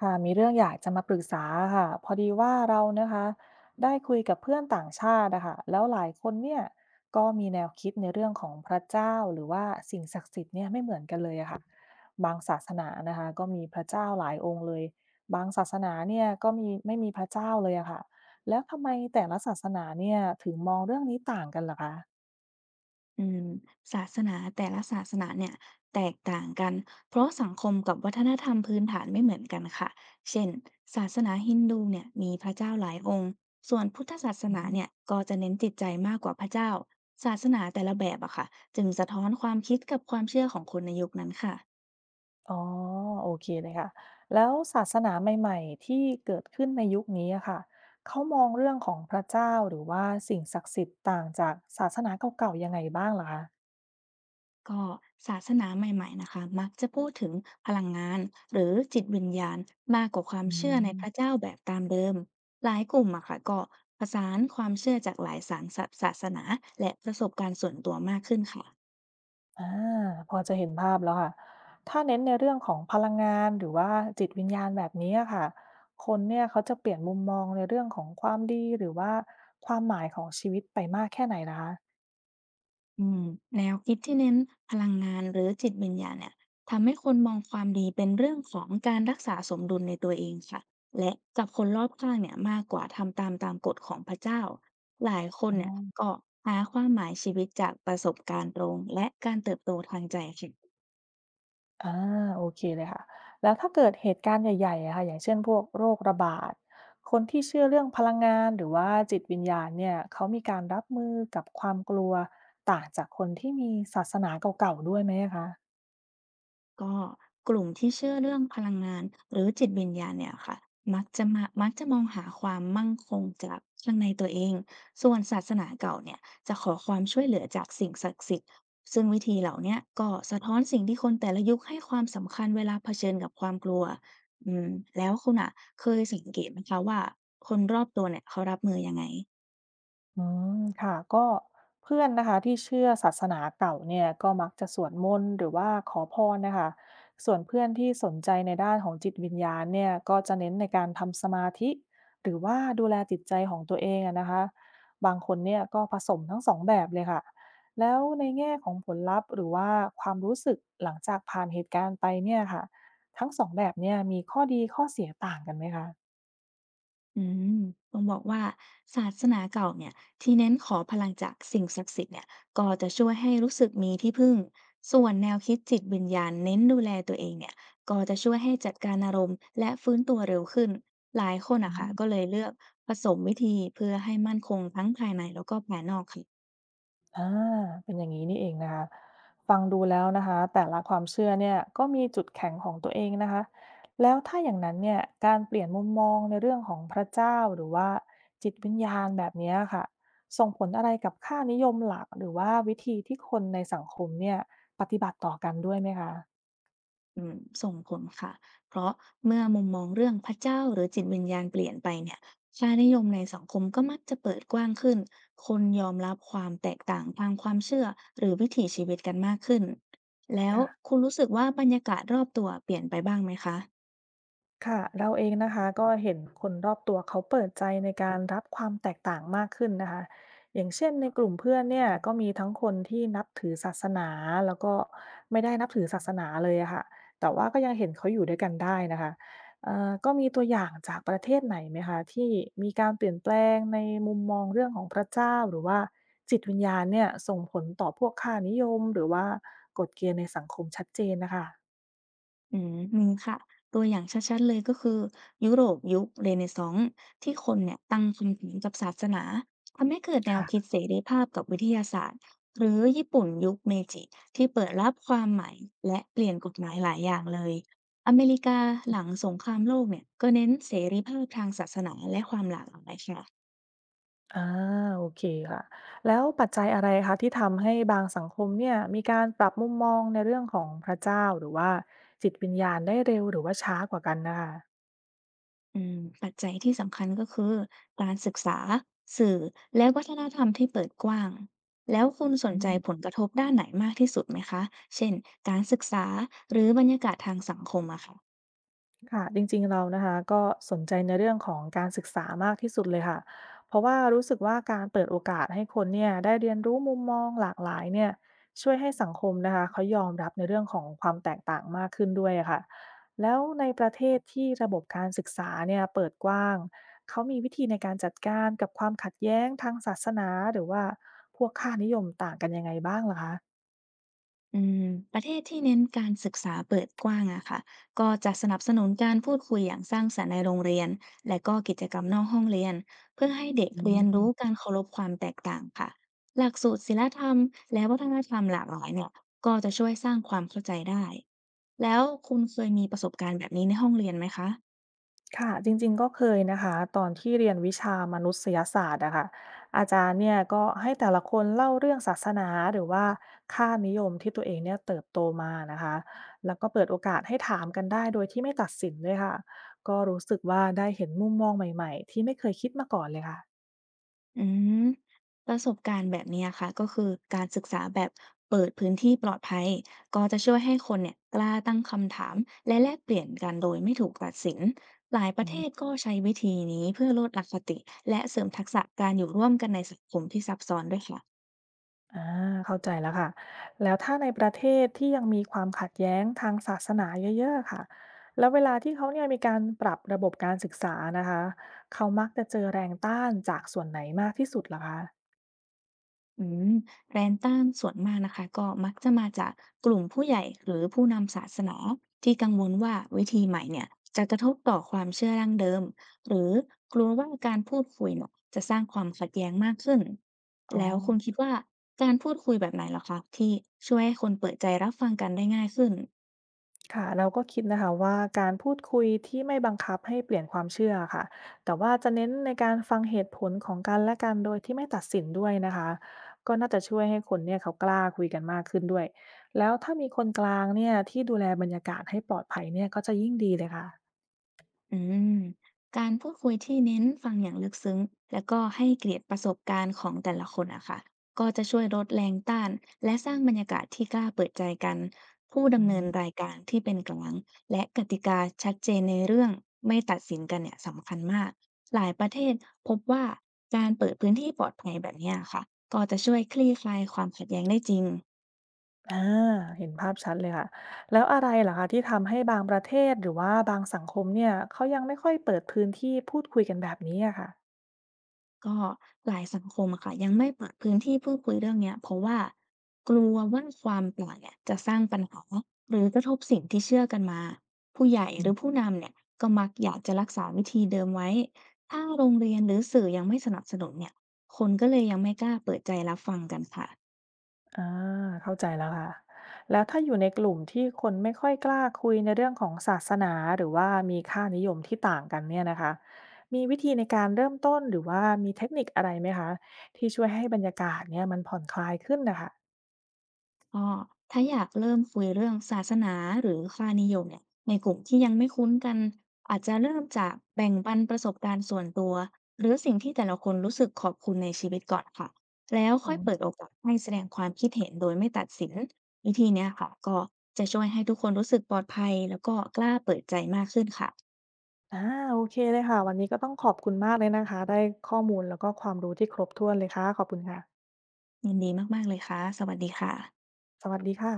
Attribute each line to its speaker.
Speaker 1: ค่ะมีเรื่องอยากจะมาปรึกษาค่ะพอดีว่าเรานะคะได้คุยกับเพื่อนต่างชาตินะคะแล้วหลายคนเนี่ยก็มีแนวคิดในเรื่องของพระเจ้าหรือว่าสิ่งศักดิ์สิทธิ์เนี่ยไม่เหมือนกันเลยอะค่ะบางศาสนานะคะก็มีพระเจ้าหลายองค์เลยบางศาสนาเนี่ยก็ไม่มีพระเจ้าเลยอะค่ะแล้วทำไมแต่ละศาสนาเนี่ยถึงมองเรื่องนี้ต่างกันล่ะคะ
Speaker 2: อืมศาสนาแต่ละศาสนาเนี่ยแตกต่างกันเพราะสังคมกับวัฒนธรรมพื้นฐานไม่เหมือนกันค่ะเช่นศาสนาฮินดูเนี่ยมีพระเจ้าหลายองค์ส่วนพุทธศาสนาเนี่ยก็จะเน้นจิตใจมากกว่าพระเจ้าศาสนาแต่ละแบบอะค่ะจึงสะท้อนความคิดกับความเชื่อของคนในยุคนั้นค่ะ
Speaker 1: อ๋อโอเคเลยค่ะแล้วศาสนาใหม่ๆที่เกิดขึ้นในยุคนี้อะค่ะเขามองเรื่องของพระเจ้าหรือว่าสิ่งศักดิ์สิทธิ์ต่างจากศาสนาเก่าๆยังไงบ้างลหะคะ
Speaker 2: ก็ศาสนาใหม่ๆนะคะมักจะพูดถึงพลังงานหรือจิตวิญญาณมากกว่าความ
Speaker 1: อื
Speaker 2: เชื่อในพระ
Speaker 1: ม
Speaker 2: เจ้าแบบตามเดิมหลายกลุ่มอะค่ะก็ผสานความเชื่อจากหลายศาสนาและประสบการณ์ส่วนตัวมากขึ้นค่ะ
Speaker 1: อาพอจะเห็นภาพแล้วค่ะถ้าเน้นในเรื่องของพลังงานหรือว่าจิตวิญญาณแบบนี้อะค่ะคนเนี่ยเขาจะเปลี่ยนมุมมองในเรื่องของความดีหรือว่าความหมายของชีวิตไปมากแค่ไหนล่ะคะ
Speaker 2: อืมแนวคิดที่เน้นพลังงานหรือจิตวิญญาณเนี่ยทำให้คนมองความดีเป็นเรื่องของการรักษาสมดุลในตัวเองค่ะและกับคนรอบข้างเนี่ยมากกว่าทำตามกฎของพระเจ้าหลายคนเนี่ยก็หาความหมายชีวิตจากประสบการณ์ตรงและการเติบโตทางใจค่ะ
Speaker 1: อาโอเคเลยค่ะแล้วถ้าเกิดเหตุการณ์ใหญ่ๆอะค่ะอย่างเช่นพวกโรคระบาดคนที่เชื่อเรื่องพลังงานหรือว่าจิตวิญญาณเนี่ยเขามีการรับมือกับความกลัวต่างจากคนที่มีศาสนาเก่าๆด้วยไหมอะคะ
Speaker 2: ก็กลุ่มที่เชื่อเรื่องพลังงานหรือจิตวิญญาณเนี่ยค่ะมักจะมองหาความมั่งคงจากข้างในตัวเองส่วนศาสนาเก่าเนี่ยจะขอความช่วยเหลือจากสิ่งศักดิ์สิทธิ์ซึ่งวิธีเหล่าเนี้ยก็สะท้อนสิ่งที่คนแต่ละยุคให้ความสำคัญเวลาเผชิญกับความกลัวอืมแล้วคุณอะเคยสังเกตไหมคะว่าคนรอบตัวเนี่ยเขารับมือยังไง
Speaker 1: อืมค่ะก็เพื่อนนะคะที่เชื่อศาสนาเก่าเนี่ยก็มักจะสวดมนต์หรือว่าขอพรนะคะส่วนเพื่อนที่สนใจในด้านของจิตวิญญาณเนี่ยก็จะเน้นในการทำสมาธิหรือว่าดูแลจิตใจของตัวเองอะนะคะบางคนเนี่ยก็ผสมทั้งสองแบบเลยค่ะแล้วในแง่ของผลลัพธ์หรือว่าความรู้สึกหลังจากผ่านเหตุการณ์ไปเนี่ยค่ะทั้งสองแบบเนี่ยมีข้อดีข้อเสียต่างกันไหมคะ
Speaker 2: อืมต้องบอกว่าศาสนาเก่าเนี่ยที่เน้นขอพลังจากสิ่งศักดิ์สิทธิ์เนี่ยก็จะช่วยให้รู้สึกมีที่พึ่ง ส่วนแนวคิดจิตวิญญาณเน้นดูแลตัวเองเนี่ยก็จะช่วยให้จัดการอารมณ์และฟื้นตัวเร็วขึ้นหลายคน
Speaker 1: อื
Speaker 2: อะค่ะก็
Speaker 1: ม
Speaker 2: เลยเลือกผสมวิธีเพื่อให้มั่นคงทั้งภายในแล้วก็ภายนอกค่ะ
Speaker 1: อาเป็นอย่างนี้นี่เองนะคะฟังดูแล้วนะคะแต่ละความเชื่อเนี่ยก็มีจุดแข็งของตัวเองนะคะแล้วถ้าอย่างนั้นเนี่ยการเปลี่ยนมุมมองในเรื่องของพระเจ้าหรือว่าจิตวิญญาณแบบเนี้ยค่ะส่งผลอะไรกับค่านิยมหลักหรือว่าวิธีที่คนในสังคมเนี่ยปฏิบัติต่อกันด้วยไหมคะ
Speaker 2: อืมส่งผลค่ะ เพราะเมื่อมุมมองเรื่องพระเจ้าหรือจิตวิญญาณเปลี่ยนไปเนี่ยค่านิยมในสังคมก็มักจะเปิดกว้างขึ้น คนยอมรับความแตกต่างทางความเชื่อหรือวิถีชีวิตกันมากขึ้น แล้ว
Speaker 1: ค่ะ
Speaker 2: คุณรู้สึกว่าบรรยากาศรอบตัวเปลี่ยนไปบ้างไหมคะ
Speaker 1: ค่ะเราเองนะคะก็เห็นคนรอบตัวเขาเปิดใจในการรับความแตกต่างมากขึ้นนะคะอย่างเช่นในกลุ่มเพื่อนเนี่ยก็มีทั้งคนที่นับถือศาสนาแล้วก็ไม่ได้นับถือศาสนาเลยอะค่ะแต่ว่าก็ยังเห็นเขาอยู่ด้วยกันได้นะคะก็มีตัวอย่างจากประเทศไหนไหมคะที่มีการเปลี่ยนแปลงในมุมมองเรื่องของพระเจ้าหรือว่าจิตวิญญาณเนี่ยส่งผลต่อพวกค่านิยมหรือว่ากฎเกณฑ์ในสังคมชัดเจนนะคะ
Speaker 2: อืมมีค่ะตัวอย่างชัดๆเลยก็คือยุโรปยุคเรเนซองส์ที่คนเนี่ยตั้งคำถามกับศาสนาทำให้เกิดแนวคิ
Speaker 1: ค่ะ
Speaker 2: ดเสรีภาพกับวิทยาศาสตร์หรือญี่ปุ่นยุคเมจิที่เปิดรับความใหม่และเปลี่ยนกฎหมายหลายอย่างเลยอเมริกาหลังสงครามโลกเนี่ยก็เน้นเสรีภาพทางศาสนาและความหลากหลายค่ะ
Speaker 1: อาโอเคค่ะแล้วปัจจัยอะไรคะที่ทำให้บางสังคมเนี่ยมีการปรับมุมมองในเรื่องของพระเจ้าหรือว่าจิตวิญญาณได้เร็วหรือว่าช้ากว่ากันน่ะค่ะ
Speaker 2: อืมปัจจัยที่สำคัญก็คือการศึกษาสื่อและวัฒนธรรมที่เปิดกว้างแล้วคุณสน
Speaker 1: อื
Speaker 2: ใจผล
Speaker 1: ม
Speaker 2: กระทบด้านไหนมากที่สุดไหมคะเช่นการศึกษาหรือบรรยากาศทางสังคมอะค่ะ
Speaker 1: ค่ะจริงๆเรานะคะก็สนใจในเรื่องของการศึกษามากที่สุดเลยค่ะเพราะว่ารู้สึกว่าการเปิดโอกาสให้คนเนี่ยได้เรียนรู้มุมมองหลากหลายเนี่ยช่วยให้สังคมนะคะเขายอมรับในเรื่องของความแตกต่างมากขึ้นด้วยอะค่ะแล้วในประเทศที่ระบบการศึกษาเนี่ยเปิดกว้างเขามีวิธีในการจัดการกับความขัดแย้งทางศาสนาหรือว่าพวกค่านิยมต่างกันยังไงบ้างล่ะคะ
Speaker 2: อืมประเทศที่เน้นการศึกษาเปิดกว้างอะค่ะ ก็จะสนับสนุนการพูดคุยอย่างสร้างสรรค์ในโรงเรียนและก็กิจกรรมนอกห้องเรียนเพื่อให้เด็กเรียนรู้การเคารพความแตกต่างค่ะหลักสูตรศิลธรรมและวัฒนธรรมหลากหลายเนี่ยก็จะช่วยสร้างความเข้าใจได้ แล้วคุณเคยมีประสบการณ์แบบนี้ในห้องเรียนไหมคะ
Speaker 1: ค่ะจริงๆก็เคยนะคะตอนที่เรียนวิชามนุษยศาสตร์อะค่ะอาจารย์เนี่ยก็ให้แต่ละคนเล่าเรื่องศาสนาหรือว่าค่านิยมที่ตัวเองเนี่ยเติบโตมานะคะแล้วก็เปิดโอกาสให้ถามกันได้โดยที่ไม่ตัดสินด้วยค่ะก็รู้สึกว่าได้เห็นมุมมองใหม่ๆที่ไม่เคยคิดมาก่อนเลยค่ะ
Speaker 2: อืมประสบการณ์แบบเนี้ยค่ะก็คือการศึกษาแบบเปิดพื้นที่ปลอดภัยก็จะช่วยให้คนเนี่ยกล้าตั้งคำถามและแลกเปลี่ยนกันโดยไม่ถูกตัดสินหลายประเทศก็ใช้วิธีนี้เพื่อลดอคติและเสริมทักษะการอยู่ร่วมกันในสังคมที่ซับซ้อนด้วยค่ะ
Speaker 1: อาเข้าใจแล้วค่ะ แล้วถ้าในประเทศที่ยังมีความขัดแย้งทางศาสนาเยอะๆ ค่ะ แล้วเวลาที่เขาเนี่ยมีการปรับระบบการศึกษานะคะ เขามักจะเจอแรงต้านจากส่วนไหนมากที่สุดลหรอคะ
Speaker 2: อืมแรงต้านส่วนมากนะคะก็มักจะมาจากกลุ่มผู้ใหญ่หรือผู้นำศาสนาที่กังวลว่าวิธีใหม่เนี่ยจะกระทบต่อความเชื่อดั้งเดิมหรือกลัวว่าการพูดคุยเนี่ยจะสร้างความขัดแย้งมากขึ้น
Speaker 1: อ๋อ
Speaker 2: แล้วคุณคิดว่าการพูดคุยแบบไหนเหรอคะที่ช่วยให้คนเปิดใจรับฟังกันได้ง่ายขึ้น
Speaker 1: ค่ะเราก็คิดนะคะว่าการพูดคุยที่ไม่บังคับให้เปลี่ยนความเชื่อค่ะแต่ว่าจะเน้นในการฟังเหตุผลของกันและกันโดยที่ไม่ตัดสินด้วยนะคะก็น่าจะช่วยให้คนเนี่ยเขากล้าคุยกันมากขึ้นด้วยแล้วถ้ามีคนกลางเนี่ยที่ดูแลบรรยากาศให้ปลอดภัยเนี่ยก็จะยิ่งดีเลยค่ะ
Speaker 2: อืมการพูดคุยที่เน้นฟังอย่างลึกซึ้งแล้วก็ให้เกียรติประสบการณ์ของแต่ละคนอะค่ะก็จะช่วยลดแรงต้านและสร้างบรรยากาศที่กล้าเปิดใจกันผู้
Speaker 1: อื
Speaker 2: ดำเนินรา
Speaker 1: ม
Speaker 2: ยการที่เป็นกลางและกติกาชัดเจนในเรื่องไม่ตัดสินกันเนี่ยสำคัญมากหลายประเทศพบว่าการเปิดพื้นที่ปลอดภัยแบบเนี้ยค่ะก็จะช่วยคลี่คลายความขัดแย้งได้จริง
Speaker 1: อ่าเห็นภาพชัดเลยค่ะแล้วอะไรเหรอคะที่ทำให้บางประเทศหรือว่าบางสังคมเนี่ยเขายังไม่ค่อยเปิดพื้นที่พูดคุยกันแบบนี้อะค่ะ
Speaker 2: ก็หลายสังคมอะค่ะยังไม่เปิดพื้นที่พูดคุยเรื่องเนี้ยเพราะว่ากลัวว่าความแ่ลกเนี่ยจะสร้างปัญหาหรือกระทบสิ่งที่เชื่อกันมาผู้ใหญ่หรือผู้นำเนี่ยก็มักอยากจะรักษาวิธีเดิมไว้ถ้าโรงเรียนหรือสื่อยังไม่สนับสนุนเนี่ยคนก็เลยยังไม่กล้าเปิดใจรับฟังกันค่ะ
Speaker 1: อาเข้าใจแล้วค่ะแล้วถ้าอยู่ในกลุ่มที่คนไม่ค่อยกล้าคุยในเรื่องของศาสนาหรือว่ามีค่านิยมที่ต่างกันเนี่ยนะคะมีวิธีในการเริ่มต้นหรือว่ามีเทคนิคอะไรไหมคะที่ช่วยให้บรรยากาศเนี่ยมันผ่อนคลายขึ้นนะคะ
Speaker 2: ก็ถ้าอยากเริ่มคุยเรื่องศาสนาหรือค่านิยมเนี่ยในกลุ่มที่ยังไม่คุ้นกันอาจจะเริ่มจากแบ่งปันประสบการณ์ส่วนตัวหรือสิ่งที่แต่ละคนรู้สึกขอบคุณในชีวิตก่อนค่ะแล้ว
Speaker 1: อื
Speaker 2: ค่อย
Speaker 1: ม
Speaker 2: เปิดโอกาสให้แสดงความคิดเห็นโดยไม่ตัดสินวิธีเนี้ยค่ะก็จะช่วยให้ทุกคนรู้สึกปลอดภัยแล้วก็กล้าเปิดใจมากขึ้นค่ะ
Speaker 1: อาโอเคเลยค่ะวันนี้ก็ต้องขอบคุณมากเลยนะคะได้ข้อมูลแล้วก็ความรู้ที่ครบถ้วนเลยค่ะขอบคุณค่ะ
Speaker 2: ยินดีมากๆเลยค่ะสวัสดีค่ะ
Speaker 1: สวัสดีค่ะ